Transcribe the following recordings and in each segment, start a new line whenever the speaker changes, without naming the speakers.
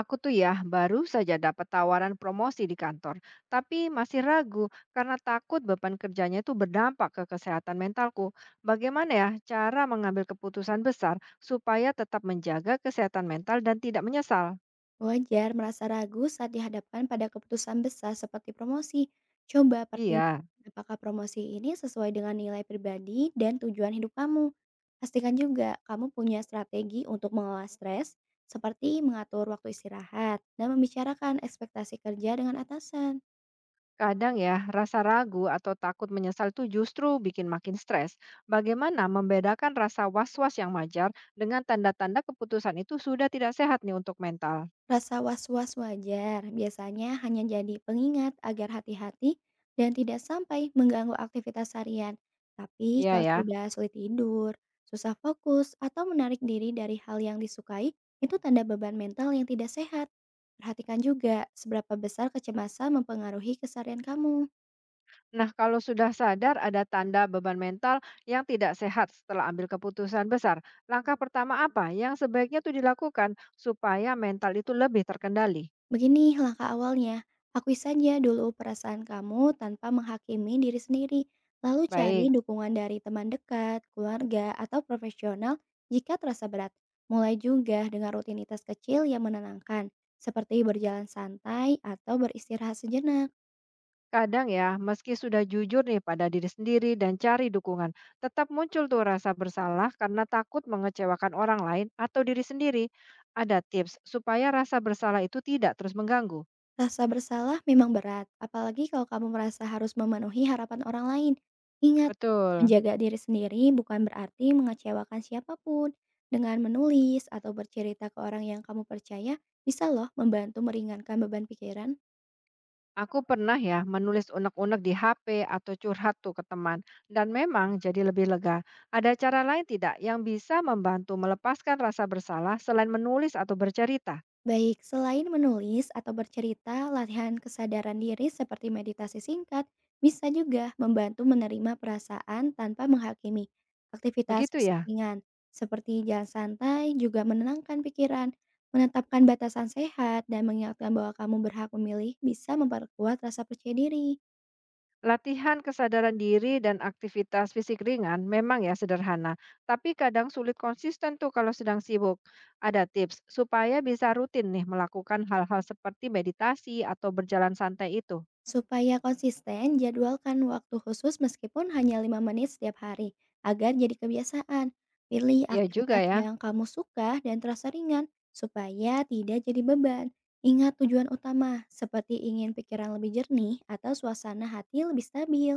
Aku tuh ya baru saja dapat tawaran promosi di kantor, tapi masih ragu karena takut beban kerjanya itu berdampak ke kesehatan mentalku. Bagaimana ya cara mengambil keputusan besar supaya tetap menjaga kesehatan mental dan tidak menyesal?
Wajar merasa ragu saat dihadapkan pada keputusan besar seperti promosi. Coba
Iya,
pertimbangkan apakah promosi ini sesuai dengan nilai pribadi dan tujuan hidup kamu. Pastikan juga kamu punya strategi untuk mengelola stres, seperti mengatur waktu istirahat dan membicarakan ekspektasi kerja dengan atasan.
kadang ya rasa ragu atau takut menyesal tuh justru bikin makin stres. Bagaimana membedakan rasa was-was yang wajar dengan tanda-tanda keputusan itu sudah tidak sehat nih untuk mental?
Rasa was-was wajar biasanya hanya jadi pengingat agar hati-hati dan tidak sampai mengganggu aktivitas harian. Tapi
Iya
kalau
ya.
sudah sulit tidur, susah fokus, atau menarik diri dari hal yang disukai, itu tanda beban mental yang tidak sehat. Perhatikan juga seberapa besar kecemasan mempengaruhi keseharian kamu.
Nah, kalau sudah sadar ada tanda beban mental yang tidak sehat setelah ambil keputusan besar, langkah pertama apa yang sebaiknya itu dilakukan supaya mental itu lebih terkendali?
Begini langkah awalnya, akui saja dulu perasaan kamu tanpa menghakimi diri sendiri, lalu cari
Baik,
dukungan dari teman dekat, keluarga, atau profesional jika terasa berat. Mulai juga dengan rutinitas kecil yang menenangkan, seperti berjalan santai atau beristirahat sejenak.
kadang ya, meski sudah jujur nih pada diri sendiri dan cari dukungan, tetap muncul tuh rasa bersalah karena takut mengecewakan orang lain atau diri sendiri. Ada tips supaya rasa bersalah itu tidak terus mengganggu.
Rasa bersalah memang berat, apalagi kalau kamu merasa harus memenuhi harapan orang lain. Ingat,
Betul.
menjaga diri sendiri bukan berarti mengecewakan siapapun. Dengan menulis atau bercerita ke orang yang kamu percaya, bisa loh membantu meringankan beban pikiran.
Aku pernah ya menulis unek-unek di HP atau curhat tuh ke teman dan memang jadi lebih lega. Ada cara lain tidak yang bisa membantu melepaskan rasa bersalah selain menulis atau bercerita?
Baik, selain menulis atau bercerita, latihan kesadaran diri seperti meditasi singkat bisa juga membantu menerima perasaan tanpa menghakimi. Aktivitas
Begitu
fisik
ya.
ringan seperti jalan santai juga menenangkan pikiran, menetapkan batasan sehat, dan mengingatkan bahwa kamu berhak memilih bisa memperkuat rasa percaya diri.
Latihan kesadaran diri dan aktivitas fisik ringan memang ya sederhana, tapi kadang sulit konsisten tuh kalau sedang sibuk. Ada tips supaya bisa rutin nih melakukan hal-hal seperti meditasi atau berjalan santai itu.
Supaya konsisten, jadwalkan waktu khusus meskipun hanya 5 menit setiap hari, agar jadi kebiasaan. Pilih
Ya juga
aktivitas
ya.
yang kamu suka dan terasa ringan, supaya tidak jadi beban. Ingat tujuan utama, seperti ingin pikiran lebih jernih atau suasana hati lebih stabil.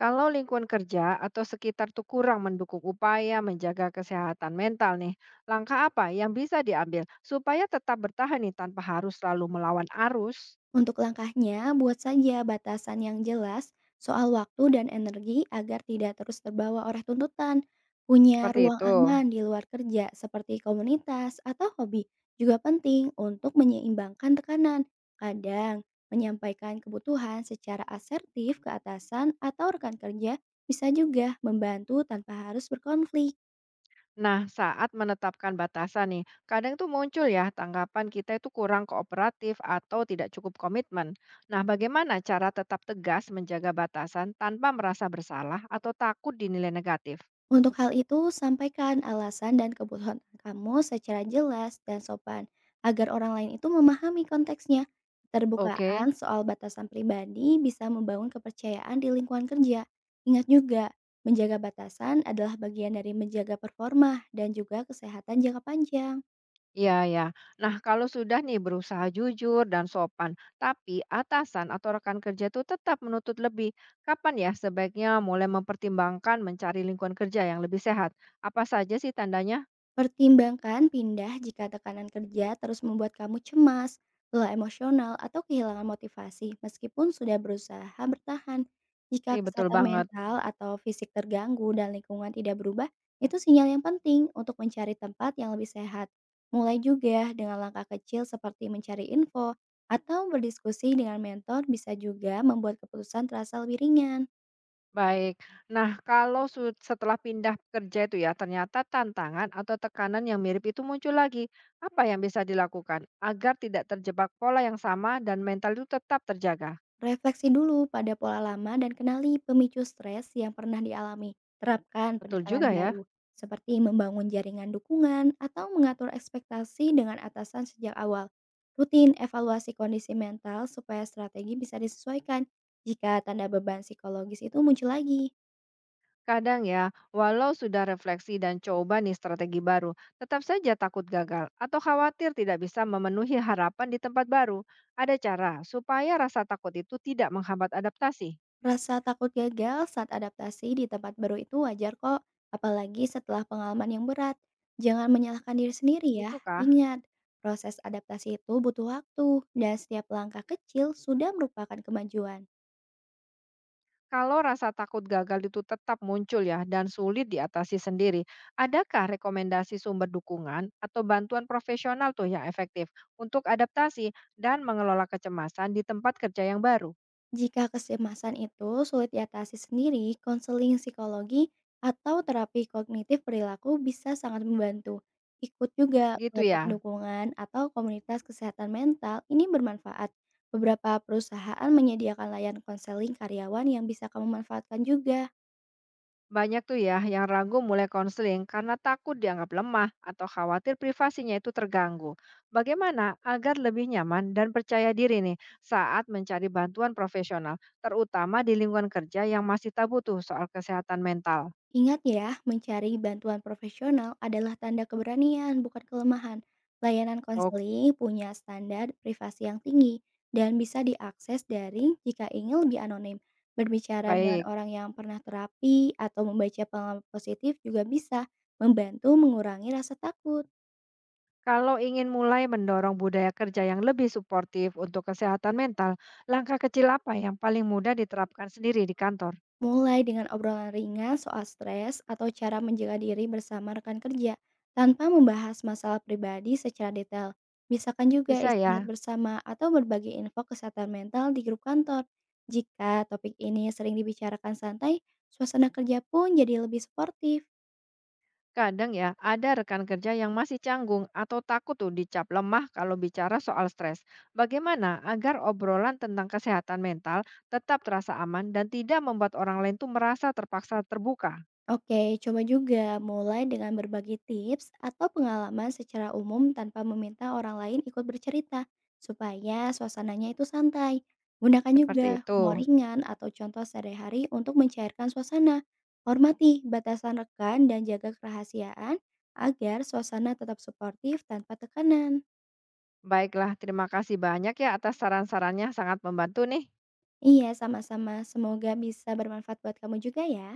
Kalau lingkungan kerja atau sekitar tuh kurang mendukung upaya menjaga kesehatan mental nih, langkah apa yang bisa diambil supaya tetap bertahan nih tanpa harus selalu melawan arus?
Untuk langkahnya, buat saja batasan yang jelas soal waktu dan energi agar tidak terus terbawa oleh tuntutan. Punya
Seperti
ruang
itu.
aman di luar kerja seperti komunitas atau hobi juga penting untuk menyeimbangkan tekanan. Kadang, menyampaikan kebutuhan secara asertif ke atasan atau rekan kerja bisa juga membantu tanpa harus berkonflik.
Nah, saat menetapkan batasan nih, kadang tuh muncul ya tanggapan kita itu kurang kooperatif atau tidak cukup komitmen. Nah, bagaimana cara tetap tegas menjaga batasan tanpa merasa bersalah atau takut dinilai negatif?
Untuk hal itu, sampaikan alasan dan kebutuhan kamu secara jelas dan sopan, agar orang lain itu memahami konteksnya.
Oke.
Keterbukaan soal batasan pribadi bisa membangun kepercayaan di lingkungan kerja. Ingat juga, menjaga batasan adalah bagian dari menjaga performa dan juga kesehatan jangka panjang.
Iya, ya. Nah, kalau sudah nih berusaha jujur dan sopan, tapi atasan atau rekan kerja itu tetap menuntut lebih, kapan ya sebaiknya mulai mempertimbangkan mencari lingkungan kerja yang lebih sehat? Apa saja sih tandanya?
Pertimbangkan pindah jika tekanan kerja terus membuat kamu cemas, lelah emosional, atau kehilangan motivasi meskipun sudah berusaha bertahan. Jika
Eh, betul
kesehatan
banget.
mental atau fisik terganggu dan lingkungan tidak berubah, itu sinyal yang penting untuk mencari tempat yang lebih sehat. Mulai juga dengan langkah kecil seperti mencari info atau berdiskusi dengan mentor bisa juga membuat keputusan terasa lebih ringan.
Baik. Nah, kalau setelah pindah kerja itu ya, ternyata tantangan atau tekanan yang mirip itu muncul lagi. Apa yang bisa dilakukan agar tidak terjebak pola yang sama dan mental itu tetap terjaga?
Refleksi dulu pada pola lama dan kenali pemicu stres yang pernah dialami. Terapkan
Betul
pendekatan
juga ya.
baru, seperti membangun jaringan dukungan atau mengatur ekspektasi dengan atasan sejak awal. Rutin evaluasi kondisi mental supaya strategi bisa disesuaikan jika tanda beban psikologis itu muncul lagi.
Kadang ya, walau sudah refleksi dan coba nih strategi baru, tetap saja takut gagal atau khawatir tidak bisa memenuhi harapan di tempat baru. Ada cara supaya rasa takut itu tidak menghambat adaptasi.
Rasa takut gagal saat adaptasi di tempat baru itu wajar kok, apalagi setelah pengalaman yang berat. Jangan menyalahkan diri sendiri ya.
Begitukah?
Ingat, proses adaptasi itu butuh waktu, dan setiap langkah kecil sudah merupakan kemajuan.
Kalau rasa takut gagal itu tetap muncul ya dan sulit diatasi sendiri, adakah rekomendasi sumber dukungan atau bantuan profesional tuh yang efektif untuk adaptasi dan mengelola kecemasan di tempat kerja yang baru?
Jika kecemasan itu sulit diatasi sendiri, konseling psikologi atau terapi kognitif perilaku bisa sangat membantu. Ikut juga
Begitu
kelompok
ya.
dukungan atau komunitas kesehatan mental ini bermanfaat. Beberapa perusahaan menyediakan layanan konseling karyawan yang bisa kamu manfaatkan juga.
Banyak tuh ya yang ragu mulai konseling karena takut dianggap lemah atau khawatir privasinya itu terganggu. Bagaimana agar lebih nyaman dan percaya diri nih saat mencari bantuan profesional, terutama di lingkungan kerja yang masih tabu tuh soal kesehatan mental.
Ingat ya, mencari bantuan profesional adalah tanda keberanian, bukan kelemahan. Layanan
Oh,
konseling punya standar privasi yang tinggi dan bisa diakses daring jika ingin lebih anonim. Berbicara dengan
baik.
orang yang pernah terapi atau membaca pengalaman positif juga bisa membantu mengurangi rasa takut.
Kalau ingin mulai mendorong budaya kerja yang lebih suportif untuk kesehatan mental, langkah kecil apa yang paling mudah diterapkan sendiri di kantor?
Mulai dengan obrolan ringan soal stres atau cara menjaga diri bersama rekan kerja, tanpa membahas masalah pribadi secara detail. Misalkan juga
Bisa
istirahat
ya?
bersama atau berbagi info kesehatan mental di grup kantor. Jika topik ini sering dibicarakan santai, suasana kerja pun jadi lebih sportif.
Kadang ya, ada rekan kerja yang masih canggung atau takut tuh dicap lemah kalau bicara soal stres. Bagaimana agar obrolan tentang kesehatan mental tetap terasa aman dan tidak membuat orang lain tuh merasa terpaksa terbuka?
Oke, coba juga mulai dengan berbagi tips atau pengalaman secara umum tanpa meminta orang lain ikut bercerita, supaya suasananya itu santai. Gunakan
Seperti
juga
itu.
humor ringan atau contoh sehari-hari untuk mencairkan suasana. Hormati batasan rekan dan jaga kerahasiaan agar suasana tetap suportif tanpa tekanan.
Baiklah, terima kasih banyak ya atas saran-sarannya, sangat membantu nih.
Iya, sama-sama. Semoga bisa bermanfaat buat kamu juga ya.